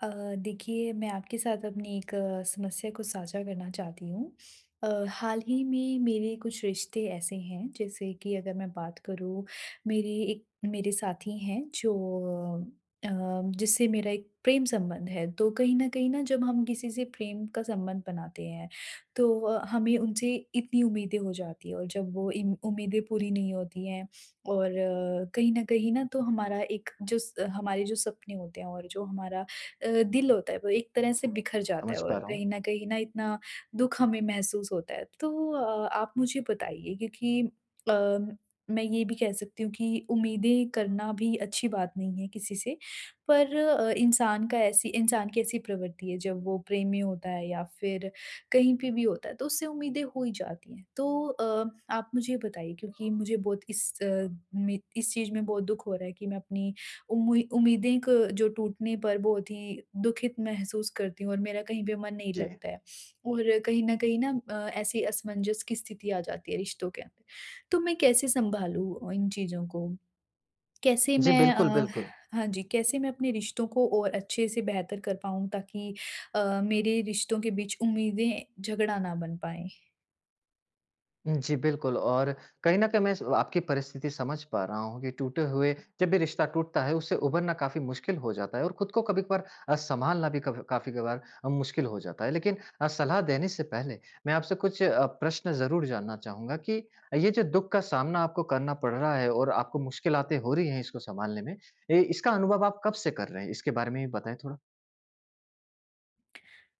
अ, देखिए, मैं आपके साथ अपनी एक समस्या को साझा करना चाहती हूँ। हाल ही में मेरे कुछ रिश्ते ऐसे हैं। जैसे कि अगर मैं बात करूँ, मेरी एक मेरे साथी हैं जो अ, जिससे मेरा एक प्रेम संबंध है। तो कहीं न कहीं ना, जब हम किसी से प्रेम का संबंध बनाते हैं, तो हमें उनसे इतनी उम्मीदें हो जाती हैं, और जब वो इन उम्मीदें पूरी नहीं होती हैं, और कहीं न कहीं ना, तो हमारा एक जो स हमारे जो सपने होते हैं और जो हमारा दिल होता है, वो एक तरह से बिखर जाता समझ है, पा और रहा हूँ। कहीं न कहीं ना इतना दुःख हमें महसूस होता है। तो आप मुझे बताइए, क्योंकि मैं ये भी कह सकती हूँ कि उम्मीदें करना भी अच्छी बात नहीं है किसी से, पर इंसान की ऐसी प्रवृत्ति है, जब वो प्रेम में होता है या फिर कहीं पे भी होता है, तो उससे उम्मीदें हो ही जाती हैं। तो आप मुझे बताइए, क्योंकि मुझे बहुत इस चीज़ में बहुत दुःख हो रहा है कि मैं अपनी उम्मीदें क जो टूटने पर बहुत ही दुखित महसूस करती हूँ, और मेरा कहीं पे मन नहीं जी। लगता है। और कहीं न कहीं ना ऐसी असमंजस की स्थिति आ जाती है रिश्तों के अंदर। तो मैं कैसे सँभालूँ इन चीज़ों को? कैसे जी, मैं बिल्कुल, अ, बिल्कुल। हाँ जी, कैसे मैं अपने रिश्तों को और अच्छे से बेहतर कर पाऊँ, ताकि मेरे रिश्तों के बीच उम्मीदें झगड़ा ना बन पाएँ? जी, बिल्कुल और कहीं न कहीं मैं स आपकी परिस्थिति समझ पा रहा हूँ कि टूटे हुए जब भी रिश्ता टूटता है, उससे उभरना काफ़ी मुश्किल हो जाता है और खुद को कभी-कभार सँभालना भी कभ काफ़ी कभार अ, मुश्किल हो जाता है। लेकिन सलाह देने से पहले मैं आपसे कुछ प्रश्न ज़रूर जानना चाहूँगा कि ये जो दुःख का सामना आपको करना पड़ रहा है और आपको मुश्किलातें हो रही हैं इसको सँभालने में, ए इसका अनुभव आप कब से कर रहे हैं? इसके बारे में भी बताएँ थोड़ा।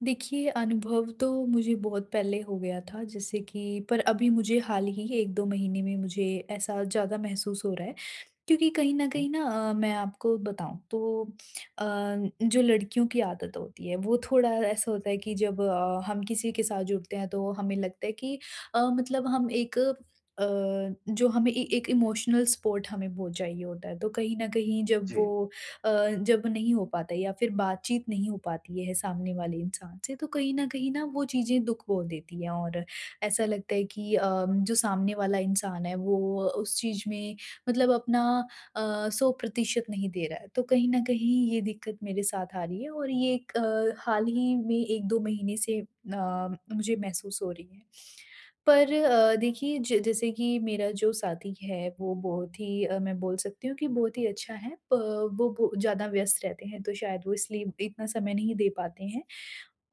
देखिए, अनुभव तो मुझे बहुत पहले हो गया था, जैसे कि, पर अभी मुझे हाल ही 1-2 महीने में मुझे ऐसा ज़्यादा महसूस हो रहा है। क्योंकि कहीं न हुँ। कहीं ना, मैं आपको बताऊँ तो, अ, जो लड़कियों की आदत होती है, वो थोड़ा ऐसा होता है कि जब हम किसी के साथ जुड़ते हैं, तो हमें लगता है कि मतलब हम अ, जो हमें ए एक इमोशनल सपोर्ट हमें बहुत चाहिए होता है। तो कहीं न कहीं, जी, अ, जब नहीं हो पाता है या फिर बातचीत नहीं हो पाती है सामने वाले इंसान से, तो कहीं न कहीं ना वो चीज़ें दुःख बोल देती हैं, और ऐसा लगता है कि जो सामने वाला इंसान है, वो उस चीज़ में, मतलब अपना 100% नहीं दे रहा है। तो कहीं न कहीं ये दिक्कत मेरे साथ आ रही है, और ये एक हाल ही में 1-2 महीने से मुझे महसूस हो रही है। पर देखिए, ज जैसे कि मेरा जो साथी है, वो बहुत ही, मैं बोल सकती हूँ कि बहुत ही अच्छा है। प वो बो ज़्यादा व्यस्त रहते हैं, तो शायद वो इसलिए इतना समय नहीं दे पाते हैं।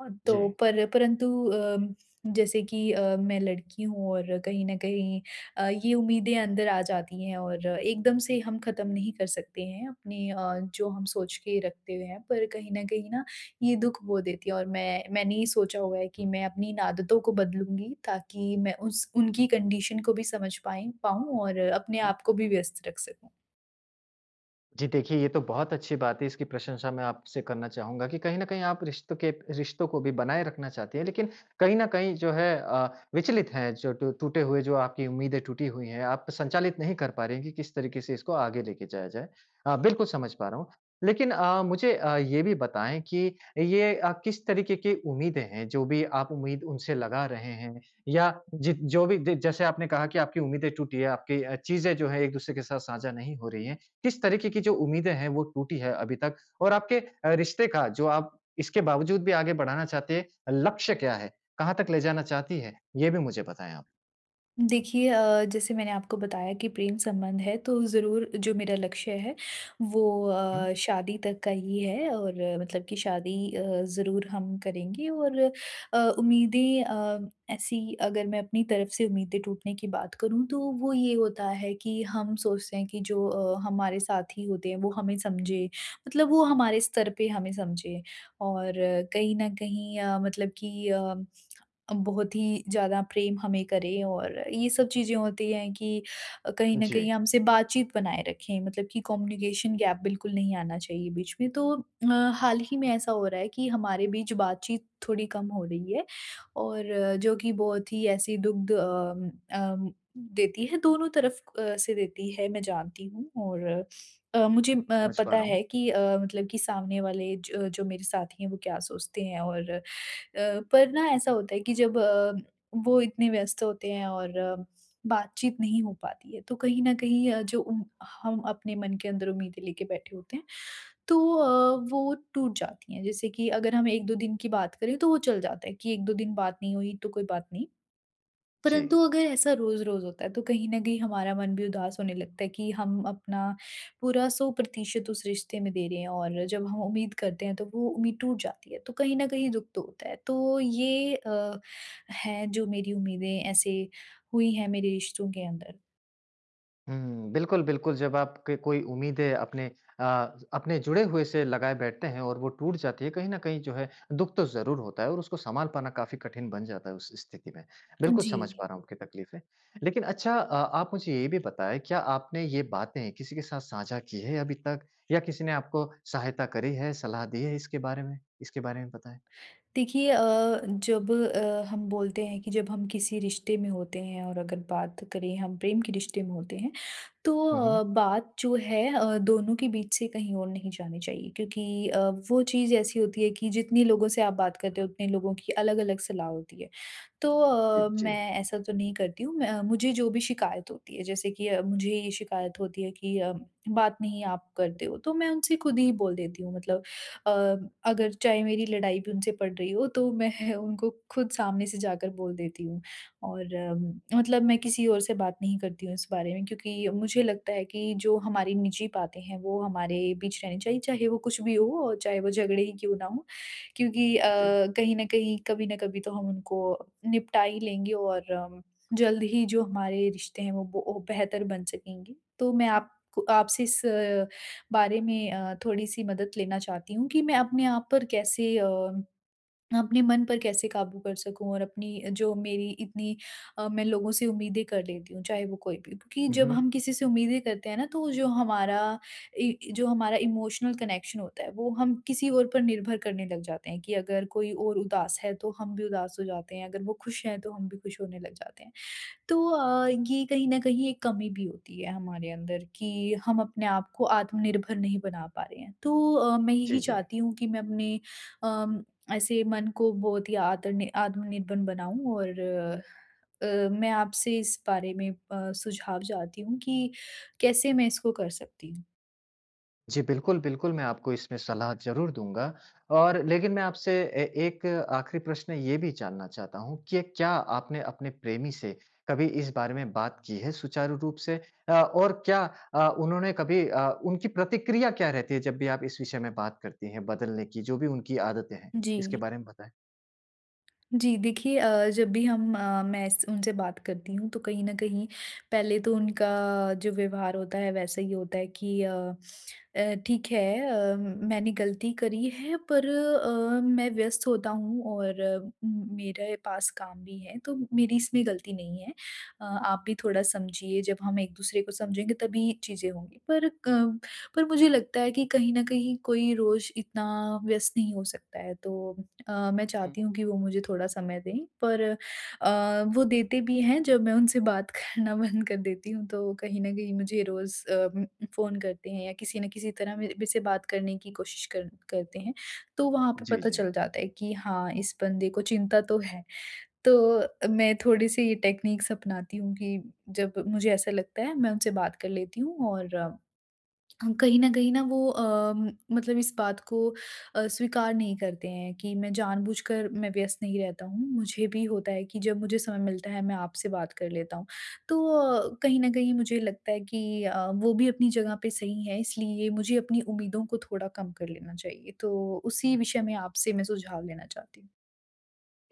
जी। तो पर परंतु अम, जैसे कि मैं लड़की हूँ, और कहीं न कहीं ये उम्मीदें अंदर आ जाती हैं, और एकदम से हम ख़त्म नहीं कर सकते हैं अपने, जो हम सोच के रखते हुए हैं। पर कहीं न कहीं ना ये दुःख वो देती है, और मैंने ये सोचा हुआ है कि मैं अपनी इन आदतों को बदलूँगी, ताकि मैं उस उनकी कंडीशन को भी समझ पाएँ पाऊँ, और अपने आप को भी व्यस्त रख सकूँ। जी देखिए, ये तो बहुत अच्छी बात है, इसकी प्रशंसा मैं आपसे करना चाहूँगा कि कहीं न कहीं आप रिश्तों को भी बनाए रखना चाहती हैं, लेकिन कहीं न कहीं जो है विचलित हैं जो टू टूटे हुए जो आपकी उम्मीदें टूटी हुई हैं, आप संचालित नहीं कर पा रही हैं कि किस तरीके से इसको आगे लेके जाया जाए। बिल्कुल समझ पा रहा हूँ। लेकिन मुझे ये भी बताएँ कि ये किस तरीके की उम्मीदें हैं, जो भी आप उम्मीद उनसे लगा रहे हैं या जि जो भी ज जैसे आपने कहा कि आपकी उम्मीदें टूटी है, आपकी चीज़ें जो हैं एक-दूसरे के साथ साझा नहीं हो रही हैं, किस तरीके की जो उम्मीदें हैं वो टूटी है अभी तक? और आपके रिश्ते का जो आप इसके बावजूद भी आगे बढ़ाना चाहते हैं, लक्ष्य क्या है? कहाँ तक ले जाना चाहती है? ये भी मुझे बताएँ आप। देखिए, जैसे मैंने आपको बताया कि प्रेम संबंध है, तो ज़रूर जो मेरा लक्ष्य है, वो हुँ। शादी तक का ही है, और मतलब कि शादी ज़रूर हम करेंगे, और उम्मीदें अ, ऐसी अगर मैं अपनी तरफ से उम्मीदें टूटने की बात करूँ, तो वो ये होता है कि हम सोचते हैं कि जो हमारे साथी होते हैं, वो हमें समझे, मतलब वो हमारे स्तर पे हमें समझे, और कहीं न कहीं मतलब कि बहुत ही ज़्यादा प्रेम हमें करें, और ये सब चीज़ें होती हैं कि कहीं न जी, कहीं हमसे बातचीत बनाए रखें, मतलब कि कम्युनिकेशन गैप बिल्कुल नहीं आना चाहिए बीच में। तो हाल ही में ऐसा हो रहा है कि हमारे बीच बातचीत थोड़ी कम हो रही है, और जो कि बहुत ही ऐसी दुग्ध अम अम, देती है, दोनों तरफ से देती है, मैं जानती हूँ, और मुझे समझ पा पता रहा हूँ। है कि मतलब कि सामने वाले, ज जो मेरे साथी हैं, वो क्या सोचते हैं, और पर ना ऐसा होता है कि जब वो इतने व्यस्त होते हैं और बातचीत नहीं हो पाती है, तो कहीं न कहीं हम अपने मन के अंदर उम्मीदें लेके बैठे होते हैं, तो वो टूट जाती हैं। जैसे कि अगर हम 1-2 दिन की बात करें, तो वो चल जाता है कि 1-2 दिन बात नहीं हुई तो कोई बात नहीं। जी। परंतु अगर ऐसा रोज़-रोज़ होता है, तो कहीं न कहीं हमारा मन भी उदास होने लगता है कि हम अपना पूरा 100% उस रिश्ते में दे रहे हैं, और जब हम उम्मीद करते हैं, तो वो उम्मीद टूट जाती है। तो कहीं न कहीं दुःख तो होता है। तो ये है, जो मेरी उम्मीदें ऐसे हुई हैं मेरे रिश्तों के अंदर। हुँ, बिल्कुल, बिल्कुल, जब आपके कोई उम्मीदें अपने अ, अपने जुड़े हुए से लगाए बैठते हैं और वो टूट जाती है, कहीं न कहीं जो है दुःख तो ज़रूर होता है और उसको सँभाल पाना काफ़ी कठिन बन जाता है उस स्थिति में। बिल्कुल जी। समझ पा रहा हूँ आपकी तकलीफ़ें। लेकिन अच्छा आप मुझे ये भी बताएँ, क्या आपने ये बातें किसी के साथ साझा की है अभी तक या किसी ने आपको सहायता करी है, सलाह दी है इसके बारे में? इसके बारे में बताएँ? देखिए, जब हम बोलते हैं कि जब हम किसी रिश्ते में होते हैं, और अगर बात करें, हम प्रेम के रिश्ते में होते हैं, तो हुँ, हुँ। बात जो है, दोनों के बीच से कहीं और नहीं जानी चाहिए, क्योंकि वो चीज़ ऐसी होती है कि जितने लोगों से आप बात करते हो, उतने लोगों की अलग-अलग सलाह होती है। तो जी, जी, मैं ऐसा तो नहीं करती हूँ। मुझे जो भी शिकायत होती है, जैसे कि मुझे ये शिकायत होती है कि बात नहीं आप करते हो, तो मैं उनसे खुद ही बोल देती हूँ, मतलब अ, अगर चाहे मेरी लड़ाई भी उनसे पड़ रही हो, तो मैं उनको खुद सामने से जाकर बोल देती हूँ। और मतलब मैं किसी और से बात नहीं करती हूँ इस बारे में, क्योंकि मुझे लगता है कि जो हमारी निजी बातें हैं, वो हमारे बीच रहनी चाहिए, चाहे वो कुछ भी हो, और चाहे वो झगड़े ही क्यों ना हो, क्योंकि जी। कहीं न कहीं, कभी न कभी तो हम उनको निपटा ही लेंगे, और जल्द ही जो हमारे रिश्ते हैं, वो बेहतर बन सकेंगे। तो मैं आपको आपसे इस बारे में थोड़ी-सी मदद लेना चाहती हूँ कि मैं अपने मन पर कैसे काबू कर सकूँ, और अपनी जो मेरी इतनी अ, मैं लोगों से उम्मीदें कर लेती हूँ, चाहे वो कोई भी हो। क्योंकि हुँ, जब हुँ। हम किसी से उम्मीदें करते हैं ना, तो इ जो हमारा इमोशनल कनेक्शन होता है, वो हम किसी और पर निर्भर करने लग जाते हैं कि अगर कोई और उदास है, तो हम भी उदास हो जाते हैं। अगर वो खुश हैं, तो हम भी खुश होने लग जाते हैं। तो ये कहीं न कहीं एक कमी भी होती है हमारे अंदर कि हम अपने आप को आत्मनिर्भर नहीं बना पा रहे हैं। तो मैं जी, यही जी। चाहती हूँ कि मैं अपने, अम, ऐसे मन को बहुत ही आतनि आत्मनिर्भर बनाऊँ, और मैं आपसे इस बारे में सुझाव चाहती हूँ कि कैसे मैं इसको कर सकती हूँ? जी, बिल्कुल, बिल्कुल, मैं आपको इसमें सलाह ज़रूर दूँगा और लेकिन मैं आपसे ए एक आखिरी प्रश्न ये भी जानना चाहता हूँ कि क्या आपने अपने प्रेमी से कभी इस बारे में बात की है सुचारू रूप से? और क्या उन्होंने कभी उनकी प्रतिक्रिया क्या रहती है जब भी आप इस विषय में बात करती हैं बदलने की, जो भी उनकी आदतें हैं? इसके जी। बारे में बताएँ। जी, देखिए, जब भी हम अ, मैं उनसे बात करती हूँ, तो कहीं ना कहीं पहले तो उनका जो व्यवहार होता है, वैसा ही होता है कि ठीक है, मैंने गलती करी है, पर मैं व्यस्त होता हूँ, और मेरे पास काम भी है, तो मेरी इसमें गलती नहीं है। आप भी थोड़ा समझिए, जब हम एक दूसरे को समझेंगे, तभी चीज़ें होंगी। पर मुझे लगता है कि कहीं ना कहीं कोई रोज इतना व्यस्त नहीं हो सकता है। तो मैं हुँ, हुँ। चाहती हूँ कि वो मुझे थोड़ा समय दें, पर वो देते भी हैं। जब मैं उनसे बात करना बंद कर देती हूँ, तो कहीं न कहीं मुझे रोज़ फ़ोन करते हैं, या किसी न किसी तरह मेरे मेरे से बात करने की कोशिश कर करते हैं। तो वहाँ पे जी, पता जी। चल जाता है कि हाँ, इस बंदे को चिंता तो है। तो मैं थोड़े-से ये टेक्निक्स अपनाती हूँ कि जब मुझे ऐसा लगता है, मैं उनसे बात कर लेती हूँ, और हाँ, कहीं न कहीं ना वो, मतलब इस बात को स्वीकार नहीं करते हैं कि मैं जानबूझकर मैं व्यस्त नहीं रहता हूँ। मुझे भी होता है कि जब मुझे समय मिलता है, मैं आपसे बात कर लेता हूँ। तो कहीं न कहीं मुझे लगता है कि वो भी अपनी जगह पे सही है, इसलिए मुझे अपनी उम्मीदों को थोड़ा कम कर लेना चाहिए। तो उसी विषय में आपसे मैं सुझाव लेना चाहती हूँ।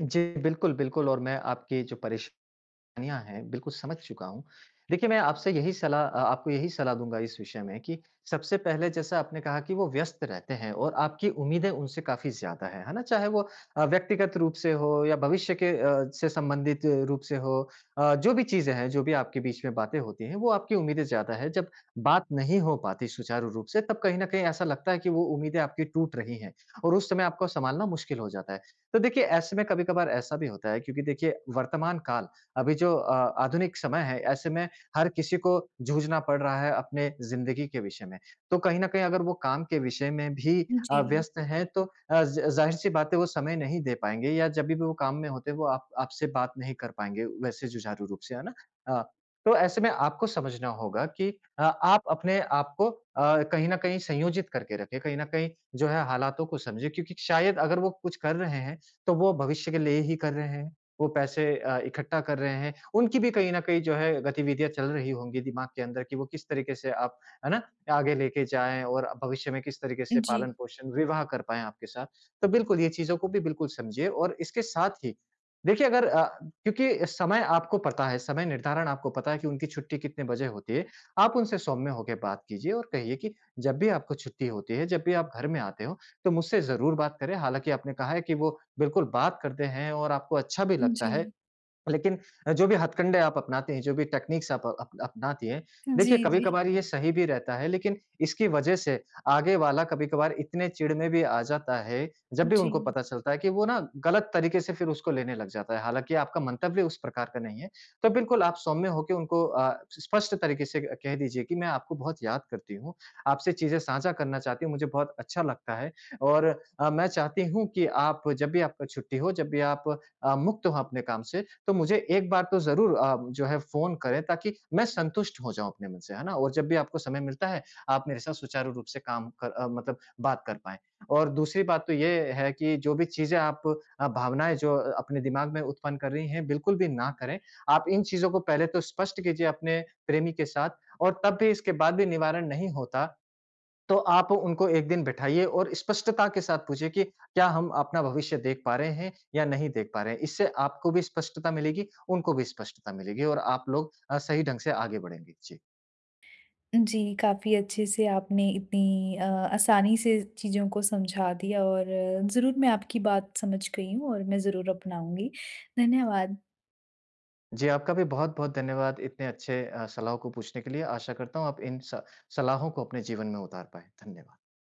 जी, बिल्कुल, बिल्कुल और मैं आपकी जो परेश कहानियाँ हैं, बिल्कुल समझ चुका हूँ। देखिए, मैं आपसे यही सलाह अ, आपको यही सलाह दूँगा इस विषय में कि सबसे पहले जैसा आपने कहा कि वो व्यस्त रहते हैं और आपकी उम्मीदें उनसे काफ़ी ज़्यादा हैं, है ना? चाहे वो व्यक्तिगत रूप से हो या भविष्य के से संबंधित रूप से हो जो भी चीज़ें हैं, जो भी आपके बीच में बातें होती हैं, वो आपकी उम्मीदें ज़्यादा है। जब बात नहीं हो पाती सुचारू रूप से, तब कहीं न कहीं ऐसा लगता है कि वो उम्मीदें आपकी टूट रही हैं और उस समय आपको सँभालना मुश्किल हो जाता है। तो देखिए, ऐसे में कभी-कभार ऐसा भी होता है क्योंकि देखिए वर्तमान काल अभी जो आधुनिक समय है, ऐसे में हर किसी को जूझना पड़ रहा है अपने ज़िंदगी के विषय में। तो कहीं न कहीं अगर वो काम के विषय में भी जी, व्यस्त हैं तो अ, ज़ ज़ाहिर-सी बात है वो समय नहीं दे पाएँगे या जब भी वो काम में होते हैं वो आप आपसे बात नहीं कर पाएँगे वैसे जुझारू रूप से, है ना? अ, तो ऐसे में आपको समझना होगा कि आप अपने आप को कहीं न कहीं संयोजित करके रखें, कहीं न कहीं जो है हालातों को समझें क्योंकि शायद अगर वो कुछ कर रहे हैं, तो वो भविष्य के लिए ही कर रहे हैं। वो पैसे इकट्ठा कर रहे हैं, उनकी भी कहीं न कहीं जो है गतिविधियाँ चल रही होंगी दिमाग के अंदर कि वो किस तरीके से आप है ना? आगे लेके जाएँ और भविष्य में किस तरीके से जी, पालन-पोषण, विवाह कर पाएँ आपके साथ। तो बिल्कुल ये चीज़ों को भी बिल्कुल समझिए और इसके साथ ही देखिए अगर क्योंकि समय आपको पता है, समय निर्धारण आपको पता है कि उनकी छुट्टी कितने बजे होती है। आप उनसे सौम्य होके बात कीजिए और कहिए कि जब भी आपको छुट्टी होती है, जब भी आप घर में आते हो, तो मुझसे ज़रूर बात करें। हालाँकि आपने कहा है कि वो बिल्कुल बात करते हैं और आपको अच्छा भी लगता है। जी, लेकिन जो भी हथकंडे आप अपनाते हैं, जो भी टेक्निक्स आप अप अपनाती हैं, जी, देखिए जी, कभी-कभार ये सही भी रहता है, लेकिन इसकी वजह से आगे वाला कभी-कभार इतने चिढ़ में भी आ जाता है, जब भी जी। उनको पता चलता है कि वो ना गलत तरीके से फिर उसको लेने लग जाता है। हालाँकि आपका मंतव्य उस प्रकार का नहीं है, तो बिल्कुल आप सौम्य होके उनको स्पष्ट तरीके से कह दीजिए कि मैं आपको बहुत याद करती हूँ, आपसे चीज़ें साझा करना चाहती हूँ, मुझे बहुत अच्छा लगता है और मैं चाहती हूँ कि आप जब भी आपका छुट्टी हो, जब भी आप मुक्त हो अपने काम से, तो मुझे एक बार तो ज़रूर जो है फ़ोन करें ताकि मैं संतुष्ट हो जाऊँ अपने मन से, है ना? और जब भी आपको समय मिलता है, आप मेरे साथ सुचारू रूप से काम कर अ, मतलब बात कर पाएँ। और दूसरी बात तो ये है कि जो भी चीज़ें आप भावनाएँ जो अपने दिमाग में उत्पन्न कर रही हैं, बिल्कुल भी ना करें। आप इन चीज़ों को पहले तो स्पष्ट कीजिए अपने प्रेमी के साथ और तब भी इसके बाद भी निवारण नहीं होता, तो आप उनको एक दिन बिठाइए और स्पष्टता के साथ पूछिए कि क्या हम अपना भविष्य देख पा रहे हैं या नहीं देख पा रहे हैं? इससे आपको भी स्पष्टता मिलेगी, उनको भी स्पष्टता मिलेगी और आप लोग सही ढंग से आगे बढ़ेंगे। जी। जी, काफ़ी अच्छे से आपने इतनी आसानी से चीज़ों को समझा दिया, और ज़रूर मैं आपकी बात समझ गई हूँ, और मैं ज़रूर अपनाऊँगी। धन्यवाद। जी, आपका भी बहुत-बहुत धन्यवाद इतने अच्छे सलाह को पूछने के लिए। आशा करता हूँ आप इन स सलाहों को अपने जीवन में उतार पाएँ। धन्यवाद।